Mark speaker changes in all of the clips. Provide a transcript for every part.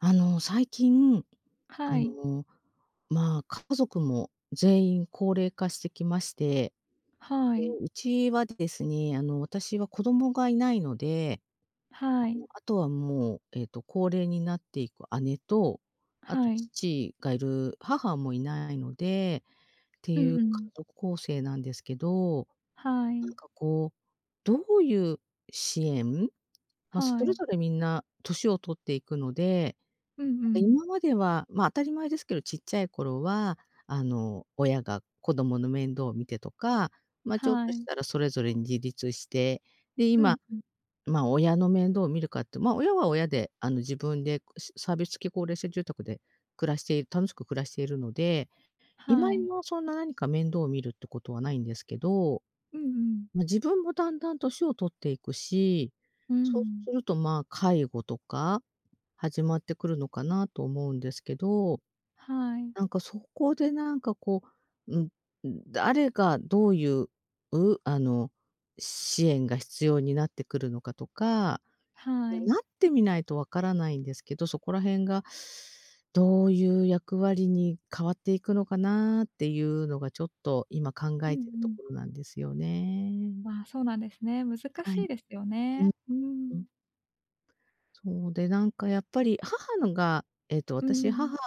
Speaker 1: 最近、
Speaker 2: は
Speaker 1: あ
Speaker 2: い、
Speaker 1: の、まあ、家族も全員高齢化してきまして、
Speaker 2: は
Speaker 1: で、
Speaker 2: い、
Speaker 1: うちはですね、私は子供がいないので、
Speaker 2: はい、
Speaker 1: あとはもう、高齢になっていく姉と、あ
Speaker 2: は
Speaker 1: と
Speaker 2: い。
Speaker 1: 父がいる母もいないのでって
Speaker 2: う
Speaker 1: い
Speaker 2: ん
Speaker 1: う
Speaker 2: う
Speaker 1: 家
Speaker 2: ん。
Speaker 1: 族構成なんですけど、
Speaker 2: は
Speaker 1: な
Speaker 2: い、
Speaker 1: んかこう、どういう支援、まあ、そ
Speaker 2: は
Speaker 1: れ
Speaker 2: い。
Speaker 1: ぞれみんな年を取っていくので
Speaker 2: うんうん。
Speaker 1: 今までは、まあ、当たり前ですけど、ちっちゃい頃は、親が子供の面倒を見てとか、まあ、ちょっ
Speaker 2: は
Speaker 1: とし
Speaker 2: い。
Speaker 1: たらそれぞれに自立して、で、
Speaker 2: うん
Speaker 1: 今、
Speaker 2: うん。
Speaker 1: まあ、親の面倒を見るかって、まあ、親は親で、自分でサービス付き高齢者住宅で暮らしている楽しく暮らしているので、今
Speaker 2: はい。
Speaker 1: 今はそんな何か面倒を見るってことはないんですけど
Speaker 2: うんうん。
Speaker 1: まあ、自分もだんだん年を取っていくし、
Speaker 2: う
Speaker 1: そう
Speaker 2: ん。
Speaker 1: すると、まあ、介護とか始まってくるのかなと思うんですけど、
Speaker 2: はい、
Speaker 1: なんかそこでなんかこう、誰がどういう、うあの、支援が必要になってくるのかとか、
Speaker 2: はい。
Speaker 1: なってみないとわからないんですけど、そこら辺がどういう役割に変わっていくのかなっていうのがちょっと今考
Speaker 2: うんう
Speaker 1: えてると
Speaker 2: ん。
Speaker 1: ころなんですよね。
Speaker 2: まあ、そうなんですね。難し
Speaker 1: はい。
Speaker 2: いですよ
Speaker 1: うん
Speaker 2: ね。う
Speaker 1: うん。
Speaker 2: ん。
Speaker 1: そうで、なんかやっぱり母のが、
Speaker 2: うん。
Speaker 1: 母が、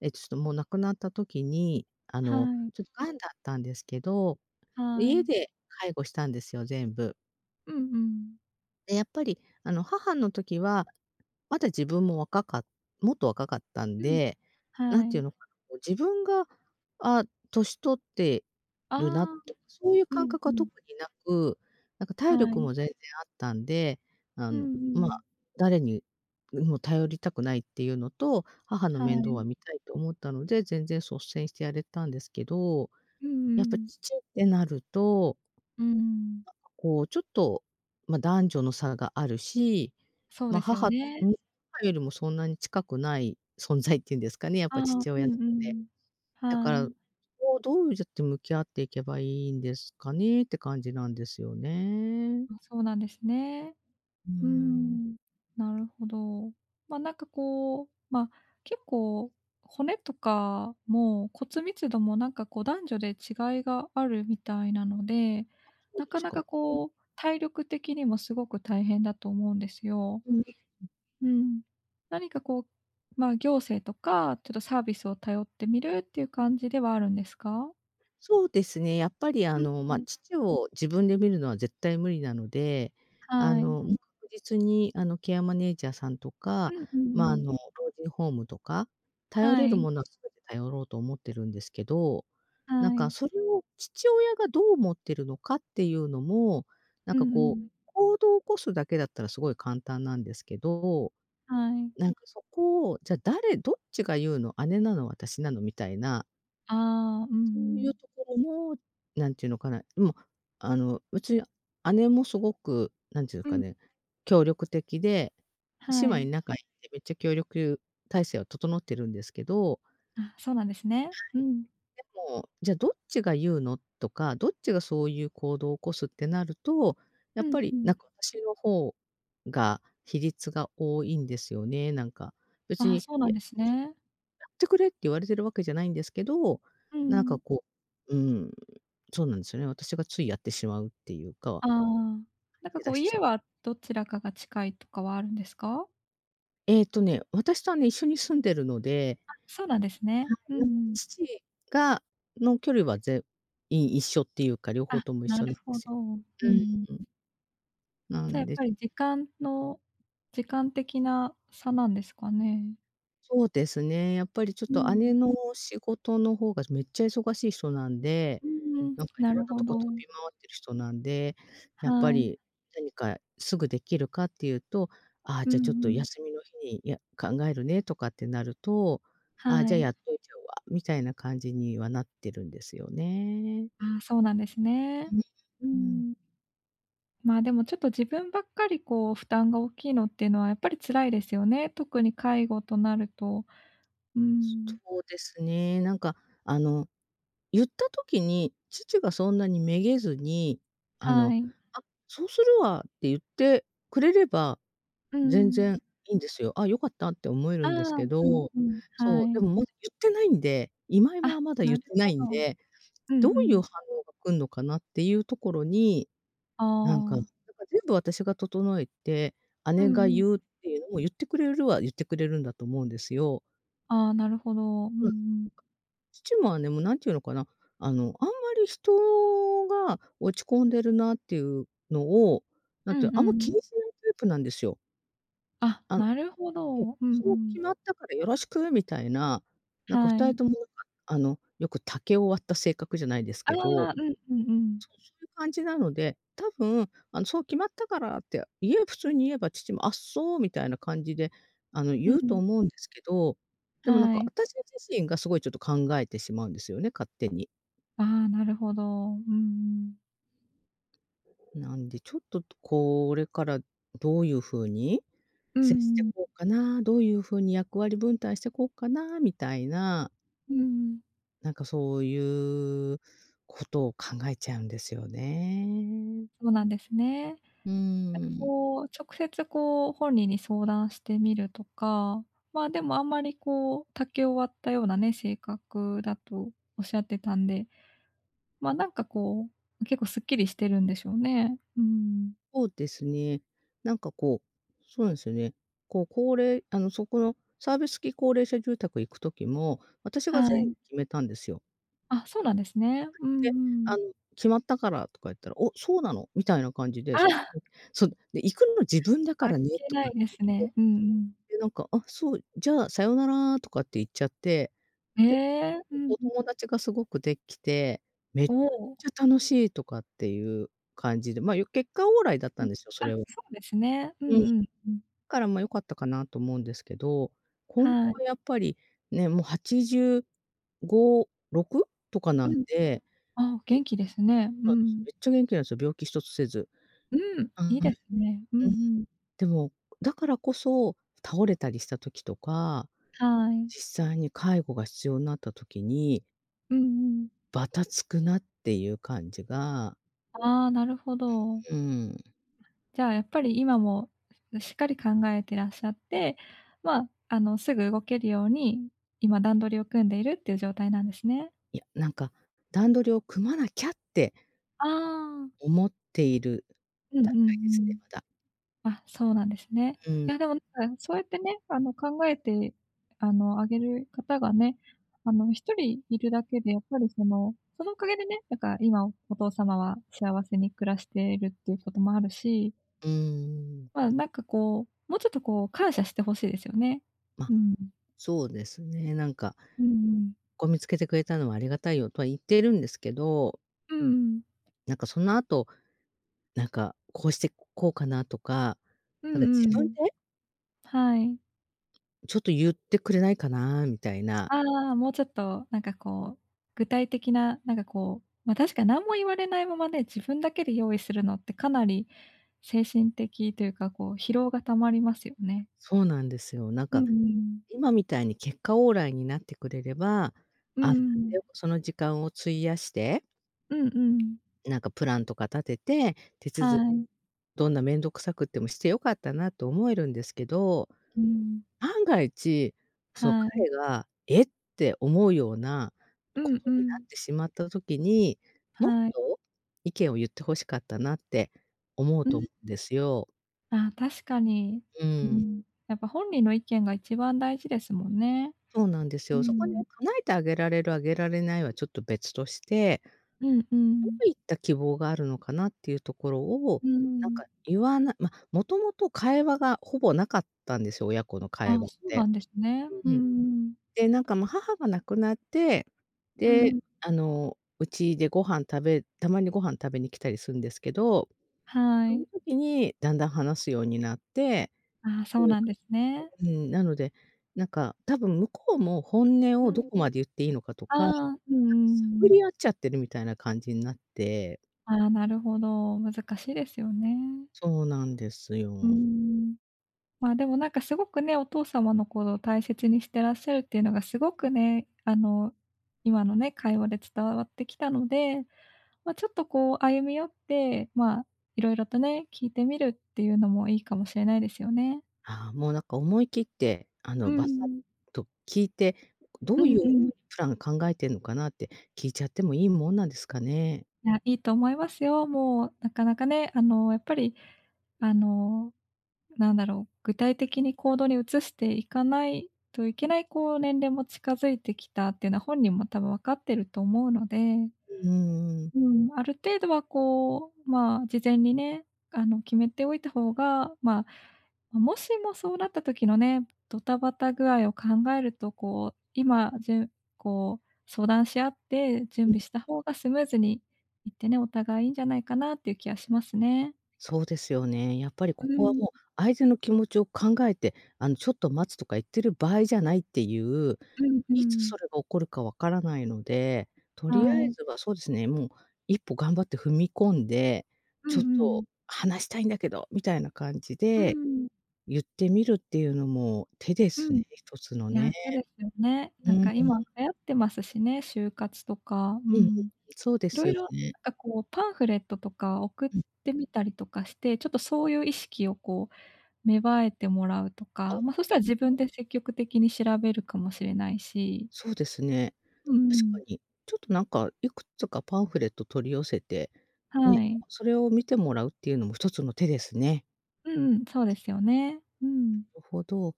Speaker 1: ちょっともう亡くなった時に、
Speaker 2: はい、
Speaker 1: ちょっと癌だったんですけど、
Speaker 2: は
Speaker 1: 家
Speaker 2: い。
Speaker 1: で介護したんですよ、全部。
Speaker 2: うんうん。
Speaker 1: で、やっぱり母の時はまだ自分も若かっもっと若かったん
Speaker 2: うん。
Speaker 1: で、な
Speaker 2: は
Speaker 1: んてい
Speaker 2: い。
Speaker 1: うのかな、こう自分が、あ、年取って
Speaker 2: あ
Speaker 1: るなと
Speaker 2: あ、
Speaker 1: か、そういう
Speaker 2: う
Speaker 1: 感
Speaker 2: ん
Speaker 1: 覚
Speaker 2: う
Speaker 1: は
Speaker 2: ん。
Speaker 1: 特になく、なんか
Speaker 2: は
Speaker 1: 体力
Speaker 2: い。
Speaker 1: も全然あったんで、あ
Speaker 2: う
Speaker 1: の、
Speaker 2: んう
Speaker 1: ま
Speaker 2: ん。
Speaker 1: あ、誰にも頼りたくないっていうのと、母の
Speaker 2: は
Speaker 1: 面倒は
Speaker 2: い。
Speaker 1: 見たいと思ったので、全然率先してやれたんですけど、
Speaker 2: うんう
Speaker 1: やっぱ
Speaker 2: ん。
Speaker 1: 父ってなると
Speaker 2: うん。
Speaker 1: こう、ちょっと、まあ、男女の差があるし、
Speaker 2: そう
Speaker 1: まあ、
Speaker 2: ですよね。
Speaker 1: に母よりもそんなに近くない存在っていうんですかね、やっ
Speaker 2: あ
Speaker 1: ぱ
Speaker 2: あ、う
Speaker 1: 父親って。
Speaker 2: んうん。
Speaker 1: だか
Speaker 2: は
Speaker 1: ら、
Speaker 2: い。
Speaker 1: こう、どうやって向き合っていけばいいんですかねって感じなんですよね。
Speaker 2: あ、そうなんですね。
Speaker 1: うー
Speaker 2: うー
Speaker 1: ん。
Speaker 2: ん、なるほど。まあ、なんかこう、まあ、結構骨とかも骨密度もなんかこう男女で違いがあるみたいなので、
Speaker 1: そう
Speaker 2: な
Speaker 1: で
Speaker 2: か
Speaker 1: す
Speaker 2: なか
Speaker 1: か。
Speaker 2: こう体力的にもすごく大変だと思うんですよ。うん。何かこう、まあ、行政とか、ちょっとサービスを頼ってみるっていう感じではあるんですか？
Speaker 1: そうですね、やっぱり
Speaker 2: う
Speaker 1: ま
Speaker 2: んう
Speaker 1: あ、
Speaker 2: ん。
Speaker 1: 父を自分で見るのは絶対無理なので、
Speaker 2: はい。
Speaker 1: もう確実にケアマネージャーさんと
Speaker 2: う
Speaker 1: か、
Speaker 2: んうんう
Speaker 1: まあ、
Speaker 2: ん。
Speaker 1: 老人ホームとか、頼
Speaker 2: は
Speaker 1: れる
Speaker 2: い、
Speaker 1: ものは全て頼ろうと思ってるんですけど、なん
Speaker 2: は
Speaker 1: か
Speaker 2: い。
Speaker 1: それを父親がどう思ってるのかっていうのも、なん
Speaker 2: うん
Speaker 1: か
Speaker 2: う
Speaker 1: こう、
Speaker 2: ん。
Speaker 1: 行動を起こすだけだったらすごい簡単なんですけど、
Speaker 2: はい。
Speaker 1: なんかそこを、じゃあどっちが言うの、姉なの、私なのみたいな
Speaker 2: ああ、うんう
Speaker 1: そうい
Speaker 2: ん。
Speaker 1: うところも、なんていうのかな、もう、うち姉もすごく、なんていう
Speaker 2: う
Speaker 1: か
Speaker 2: ん、
Speaker 1: ね、協力的で、姉
Speaker 2: は
Speaker 1: 妹
Speaker 2: い。
Speaker 1: 仲いいんで、めっちゃ協力体制は整ってるんですけど、
Speaker 2: あ、そうなんですね。うん。
Speaker 1: でも、じゃあどっちが言うのとか、どっちがそういう行動を起こすってなると、や
Speaker 2: う
Speaker 1: っ
Speaker 2: ん
Speaker 1: ぱ
Speaker 2: う
Speaker 1: り
Speaker 2: ん。
Speaker 1: なんか私の方が比率が多いんですよね、なんか。別
Speaker 2: ああ、
Speaker 1: に
Speaker 2: そうなんですね。
Speaker 1: ってくれって言われてるわけじゃないんですけど、
Speaker 2: う
Speaker 1: なんか
Speaker 2: ん
Speaker 1: こう、ん、そうなんですよね。私がついやってしまうっていうか、
Speaker 2: ああ。なんか
Speaker 1: 手
Speaker 2: こ
Speaker 1: 出
Speaker 2: う
Speaker 1: しち
Speaker 2: 家
Speaker 1: ゃう。
Speaker 2: はどちらかが近いとかはあるんですか？
Speaker 1: 私とはね、一緒に住んでるので、
Speaker 2: あ、そうなんですね。
Speaker 1: な
Speaker 2: うんう
Speaker 1: んか
Speaker 2: ん。
Speaker 1: 父がの距離はぜい一緒っていうか、両方
Speaker 2: あ、
Speaker 1: とも一
Speaker 2: な
Speaker 1: 緒な
Speaker 2: る
Speaker 1: んで
Speaker 2: ほ
Speaker 1: す
Speaker 2: ど。
Speaker 1: よ。
Speaker 2: うんうん。
Speaker 1: うん。な
Speaker 2: じゃあや
Speaker 1: ん
Speaker 2: っ
Speaker 1: で
Speaker 2: ぱり時間的な差なんですかね？
Speaker 1: そうですね、やっぱりちょっ
Speaker 2: う
Speaker 1: と
Speaker 2: ん。
Speaker 1: 姉の仕事の方がめっちゃ忙しい人なんで
Speaker 2: うんうん。
Speaker 1: なんかい
Speaker 2: な
Speaker 1: ろん
Speaker 2: る
Speaker 1: な
Speaker 2: ほ
Speaker 1: とこ
Speaker 2: ど。
Speaker 1: 飛び回ってる人なんで、やっぱ
Speaker 2: はい。
Speaker 1: り何かすぐできるかっていうと、ああ、
Speaker 2: う
Speaker 1: じゃ
Speaker 2: ん
Speaker 1: あちょっと
Speaker 2: うん。
Speaker 1: 休みの日に、考えるねとかってなると、ああ、
Speaker 2: は
Speaker 1: じゃあや
Speaker 2: い。
Speaker 1: っといちゃうわ、みたいな感じにはなってるんですよね。
Speaker 2: ああ、そうなんですね。うー
Speaker 1: うん、うん。
Speaker 2: ん。まあ、でもちょっと自分ばっかりこう負担が大きいのっていうのはやっぱり辛いですよね。特に介護となると。うーん。
Speaker 1: そうですね。なんかあの、言った時に、父がそんなにめげずに、あ
Speaker 2: は
Speaker 1: の、
Speaker 2: い。
Speaker 1: 「あ、そうするわ」って言ってくれれば
Speaker 2: うー
Speaker 1: 全
Speaker 2: ん。
Speaker 1: 然いいんですよ。あ、良かったって思え
Speaker 2: あ
Speaker 1: る
Speaker 2: あ、
Speaker 1: んです
Speaker 2: う
Speaker 1: け
Speaker 2: ん
Speaker 1: ど、
Speaker 2: うん、は
Speaker 1: そう、で
Speaker 2: い。
Speaker 1: もまだ言ってないんで、今
Speaker 2: あ、
Speaker 1: はまだ
Speaker 2: な
Speaker 1: 言っ
Speaker 2: る
Speaker 1: てな
Speaker 2: ほ
Speaker 1: い
Speaker 2: ど。
Speaker 1: んで、
Speaker 2: う
Speaker 1: どう
Speaker 2: んう
Speaker 1: いう
Speaker 2: ん。
Speaker 1: 反応が来んのかなっていうところに、
Speaker 2: あ
Speaker 1: なんか
Speaker 2: あ。
Speaker 1: 全部私が整えて、
Speaker 2: う
Speaker 1: 姉が
Speaker 2: んうん。
Speaker 1: 言うっていうのも言ってくれるは言ってくれるんだと思うんですよ。
Speaker 2: ああ、なるほど。うんう
Speaker 1: うん、
Speaker 2: ん。
Speaker 1: 父も姉も何て言うのかな、あんまり人が落ち込んでるなっていうのを、
Speaker 2: う
Speaker 1: なん
Speaker 2: ん
Speaker 1: てあん
Speaker 2: う
Speaker 1: ま気
Speaker 2: ん。
Speaker 1: にしないタイプなんですよ。
Speaker 2: あ、
Speaker 1: あ
Speaker 2: なるほ
Speaker 1: で
Speaker 2: ど。うんう
Speaker 1: そう決
Speaker 2: ん。
Speaker 1: まったからよろしくみたいな、なんか
Speaker 2: は
Speaker 1: 二人
Speaker 2: い。
Speaker 1: ともなんか、よく竹を割った性格じゃないです
Speaker 2: あ
Speaker 1: けど、
Speaker 2: あ、うんうんうん。
Speaker 1: そういう感じなので、多分、そう決まったからって普通に言えば父も、あ、そうみたいな感じで、
Speaker 2: う
Speaker 1: 言うと
Speaker 2: ん。
Speaker 1: 思うんですけど、でもなん
Speaker 2: は
Speaker 1: か
Speaker 2: い。
Speaker 1: 私自身がすごいちょっと考えてしまうんですよね、勝手に。
Speaker 2: ああ、なるほど。うんうん。
Speaker 1: なんでちょっとこれからどういう風に
Speaker 2: うん
Speaker 1: 接して
Speaker 2: うん。
Speaker 1: こうかな、どういう風に役割分担してこうかなみたいな
Speaker 2: うん
Speaker 1: なんかそういうことを考えちゃうんですよね。
Speaker 2: そうなんですね。
Speaker 1: う
Speaker 2: なんか
Speaker 1: ん、
Speaker 2: こう、直接こう、本人に相談してみるとか、まあ、でもあんまりこう、竹を割ったようなね、性格だとおっしゃってたんで、まあ、なんかこう、結構すっきりしてるんでしょうね。うん。
Speaker 1: そうですね。なんかこう、そうですね。こう高齢あの、そこのサービス付き高齢者住宅行く時も、私が
Speaker 2: は
Speaker 1: 全部
Speaker 2: い。
Speaker 1: 決めたんですよ。
Speaker 2: あ、そうなんですね。う
Speaker 1: で、
Speaker 2: んうん。
Speaker 1: 「決まったから」とか言ったら「お、そうなの？」みたいな感じで、
Speaker 2: あ
Speaker 1: そ
Speaker 2: あ、
Speaker 1: そう、で「行くの自分だか
Speaker 2: っ
Speaker 1: らね」
Speaker 2: け
Speaker 1: と
Speaker 2: な
Speaker 1: か
Speaker 2: いです
Speaker 1: 言っ
Speaker 2: ね。
Speaker 1: て、
Speaker 2: うんうん。
Speaker 1: で、なんか「あ、そう、じゃあさよなら」とかって言っちゃって
Speaker 2: え
Speaker 1: で、
Speaker 2: え、
Speaker 1: 結
Speaker 2: う
Speaker 1: 局
Speaker 2: ん
Speaker 1: お
Speaker 2: う
Speaker 1: 友
Speaker 2: ん。
Speaker 1: 達がすごくできて、めっ
Speaker 2: おお。
Speaker 1: ちゃ楽しいとかっていう感じで、まあ、結果オーライだっ
Speaker 2: う
Speaker 1: た
Speaker 2: ん。
Speaker 1: んですよ、そ
Speaker 2: あ、
Speaker 1: れは。
Speaker 2: そうですね。うん
Speaker 1: うん。
Speaker 2: うんうん。
Speaker 1: からま、良かったかなと思うんですけど、今後
Speaker 2: は
Speaker 1: は
Speaker 2: い。
Speaker 1: やっぱりね、もう85、6とか
Speaker 2: う
Speaker 1: なん
Speaker 2: ん。
Speaker 1: で、
Speaker 2: あ、元気ですね。う
Speaker 1: そうです、
Speaker 2: ん。
Speaker 1: めっちゃ元気なんですよ、病気一つせず。
Speaker 2: うん、
Speaker 1: は
Speaker 2: いいですね。うんう
Speaker 1: い、うん。
Speaker 2: ん。
Speaker 1: でも、だからこそ、倒れたりした時とか、
Speaker 2: はい。
Speaker 1: 実際に介護が必要になった時に、
Speaker 2: うんうん。
Speaker 1: ばたつくなっていう感じが、
Speaker 2: ああ、なるほど。
Speaker 1: うん。
Speaker 2: じゃあ、やっぱり今も、しっかり考えてらっしゃって、まあ、すぐ動けるように、今段取りを組んでいるっていう状態なんですね。
Speaker 1: いや、なんか、段取りを組まなきゃって
Speaker 2: ああ。
Speaker 1: 思っている
Speaker 2: うんう
Speaker 1: 段
Speaker 2: ん
Speaker 1: 階で
Speaker 2: う
Speaker 1: すね、
Speaker 2: ん。
Speaker 1: まだ。
Speaker 2: あ、そうなんですね。
Speaker 1: う
Speaker 2: い
Speaker 1: ん、
Speaker 2: や、でもなんか、そうやってね、考えて、あげる方がね、1人いるだけでやっぱりその、そのおかげでね、なんか今お父様は幸せに暮らしているっていうこともあるし、
Speaker 1: うーん。
Speaker 2: まあ、なんかこう、もうちょっとこう、感謝して欲しいですよね。
Speaker 1: ま、
Speaker 2: うん。
Speaker 1: そうですね、なんか、
Speaker 2: うんうん。
Speaker 1: ここ見つけてくれたのはありがたいよとは言っているんですけど、
Speaker 2: うんうん。
Speaker 1: なんかその後、なんか、こうしてこうかなとか、
Speaker 2: う
Speaker 1: なんか
Speaker 2: ん
Speaker 1: 自
Speaker 2: う
Speaker 1: 分で
Speaker 2: ん。はい。
Speaker 1: ちょっと言ってくれないかなみたいな。
Speaker 2: ああ、もうちょっとなんかこう、具体的な、なんかこう、ま、確かに何も言われないままね、自分だけで用意するのってかなり精神的というか、こう疲労がたまりますよね。
Speaker 1: そうなんですよ。なん
Speaker 2: うんう
Speaker 1: か、
Speaker 2: ん。
Speaker 1: 今みたいに結果オーライになってくれれば、
Speaker 2: うん
Speaker 1: あ、やっ
Speaker 2: う
Speaker 1: て
Speaker 2: ん。
Speaker 1: よその時間を費やして
Speaker 2: うんうん。
Speaker 1: なんかプランとか立てて、手
Speaker 2: は
Speaker 1: 続
Speaker 2: い。
Speaker 1: どんな面倒くさくってもして良かったなと思えるんですけど、
Speaker 2: うん。
Speaker 1: 万が一、その
Speaker 2: はい。
Speaker 1: 彼が「えっ！」て思うような
Speaker 2: う
Speaker 1: こ
Speaker 2: んう
Speaker 1: とにな
Speaker 2: ん。
Speaker 1: ってしまった時に、もっ
Speaker 2: はい。
Speaker 1: と意見を言って欲しかったなって思う
Speaker 2: う
Speaker 1: と
Speaker 2: ん。
Speaker 1: 思うんですよ。
Speaker 2: あ確かに。
Speaker 1: う
Speaker 2: う
Speaker 1: ん、
Speaker 2: ん。やっぱ本人の意見が一番大事ですもんね。
Speaker 1: そうなんです
Speaker 2: う
Speaker 1: よ。そこね、
Speaker 2: ん。
Speaker 1: 叶えてあげられる、あげられないはちょっと別として
Speaker 2: うんう
Speaker 1: ど
Speaker 2: ん。
Speaker 1: ういった希望があるのかなっていうところを、
Speaker 2: う
Speaker 1: なん
Speaker 2: ん。
Speaker 1: か言わなま、もともと会話がほぼなかったんですよ、親子の
Speaker 2: あ
Speaker 1: 会
Speaker 2: あ、
Speaker 1: 話っ
Speaker 2: そうな
Speaker 1: て。
Speaker 2: んですね。う
Speaker 1: う
Speaker 2: ん
Speaker 1: ん。
Speaker 2: うん。
Speaker 1: で、なんか、ま、母が亡くなって、
Speaker 2: う
Speaker 1: で、
Speaker 2: ん。
Speaker 1: うちでご飯食べたまにご飯食べに来たりするんですけど、
Speaker 2: は
Speaker 1: その
Speaker 2: い。
Speaker 1: 時にだんだん話すようになって
Speaker 2: ああ、
Speaker 1: っ
Speaker 2: そ
Speaker 1: て
Speaker 2: う
Speaker 1: いう
Speaker 2: なんですね。
Speaker 1: うん、なので、なんか、多分向こうも本音
Speaker 2: う
Speaker 1: をど
Speaker 2: ん。
Speaker 1: こまで言っていいのかとか、なんか
Speaker 2: ああ、うんうんう
Speaker 1: 探
Speaker 2: ん。
Speaker 1: り合っちゃってるみたいな感じになって
Speaker 2: ああ、なるほど。難しいですよね。
Speaker 1: そうなんです
Speaker 2: うー
Speaker 1: よ。
Speaker 2: ん。まあ、でもなんかすごくね、お父様のことを大切にしてらっしゃるっていうのがすごくね、今のね、会話で伝わってきたので、ま、ちょっとこう歩み寄って、まあ、色々とね、聞いてみるっていうのもいいかもしれないですよね。
Speaker 1: ああ、もうなんか思い切って、
Speaker 2: う
Speaker 1: バサッ
Speaker 2: ん。
Speaker 1: と聞いて、ど
Speaker 2: う
Speaker 1: うい
Speaker 2: ん
Speaker 1: うふう
Speaker 2: う
Speaker 1: に
Speaker 2: ん。
Speaker 1: プラン考えてんのかなって聞いちゃってもいいもんなんですかね？
Speaker 2: いや、いいと思いますよ。もうなかなかね、あの、やっぱり、あのなんだろう、具体的に行動に移していかないといけない、こう、年齢も近づいてきたっていうのは本人も多分分かってると思うので、
Speaker 1: うーん。
Speaker 2: うん、ある程度はこう、まあ、事前にね、決めておいた方が、まあ、まもしもそうなった時のね、ドタバタ具合を考えると、こう、今、じゅんこう、相談し合って準
Speaker 1: うん、
Speaker 2: 備した方がスムーズにいってね、お互いいいんじゃないかなっていう気はしますね。
Speaker 1: そうですよね。やっぱりこ
Speaker 2: う
Speaker 1: こは
Speaker 2: ん、
Speaker 1: もう相手の気持ちを考えて、ちょっと待つとか言ってる場合じゃないっていう、
Speaker 2: うんう
Speaker 1: いつ
Speaker 2: ん。
Speaker 1: それが起こるかわからないので、とりあ
Speaker 2: は
Speaker 1: え
Speaker 2: い。
Speaker 1: ずはそうですね、もう一歩頑張って踏み込んで、
Speaker 2: うん
Speaker 1: ちょ
Speaker 2: う
Speaker 1: っ
Speaker 2: ん。
Speaker 1: と話したいんだけどみたいな感じ
Speaker 2: う
Speaker 1: で
Speaker 2: ん。
Speaker 1: 言ってみるっていうのも手で
Speaker 2: う
Speaker 1: す
Speaker 2: ん。
Speaker 1: ね、
Speaker 2: い
Speaker 1: 一つのね。
Speaker 2: や、手ですよね。
Speaker 1: う
Speaker 2: なん
Speaker 1: ん、う
Speaker 2: か
Speaker 1: ん
Speaker 2: 今流行ってますしね、就活とか。う
Speaker 1: うん、
Speaker 2: ん。
Speaker 1: そうで
Speaker 2: い
Speaker 1: す
Speaker 2: ろい
Speaker 1: よ
Speaker 2: ろ
Speaker 1: ね。
Speaker 2: なんかこうパンフレットとか送っ
Speaker 1: うん。
Speaker 2: てみたりとかして、ちょっとそういう意識をこう芽生えてもらうと
Speaker 1: あ
Speaker 2: か、
Speaker 1: あ、
Speaker 2: ま、そしたら自分で積極的に調べるかもしれないし。
Speaker 1: そうですね。
Speaker 2: うんう
Speaker 1: 確か
Speaker 2: ん。
Speaker 1: に。ちょっとなんか、いくつかパンフレット取り寄せて、ね、
Speaker 2: はい。
Speaker 1: それを見てもらうっていうのも一つの手ですね。
Speaker 2: うんうん、そうですよね。うん。
Speaker 1: るほど。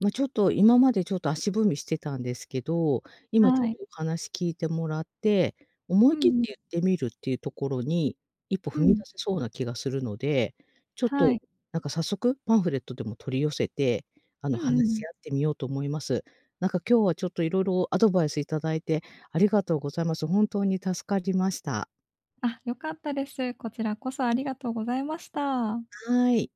Speaker 1: まあ、ちょっと今までちょっと足踏みしてたんですけど、今ちょ
Speaker 2: は
Speaker 1: っ
Speaker 2: い。
Speaker 1: とお話聞いてもらって、思
Speaker 2: う
Speaker 1: い
Speaker 2: ん
Speaker 1: 切って
Speaker 2: うん。
Speaker 1: 言ってみるっていうところに、一歩
Speaker 2: う
Speaker 1: 踏み出
Speaker 2: ん。
Speaker 1: せそうな気がするので、ちょっ
Speaker 2: は
Speaker 1: と
Speaker 2: い。
Speaker 1: なんか早速パンフレットでも取り寄せて、
Speaker 2: うんう
Speaker 1: 話
Speaker 2: ん。
Speaker 1: し合ってみようと思います。なんか今日はちょっといろいろアドバイスいただいてありがとうございます。本当に助かりました。
Speaker 2: あ、良かったです。こちらこそありがとうございました。
Speaker 1: はい。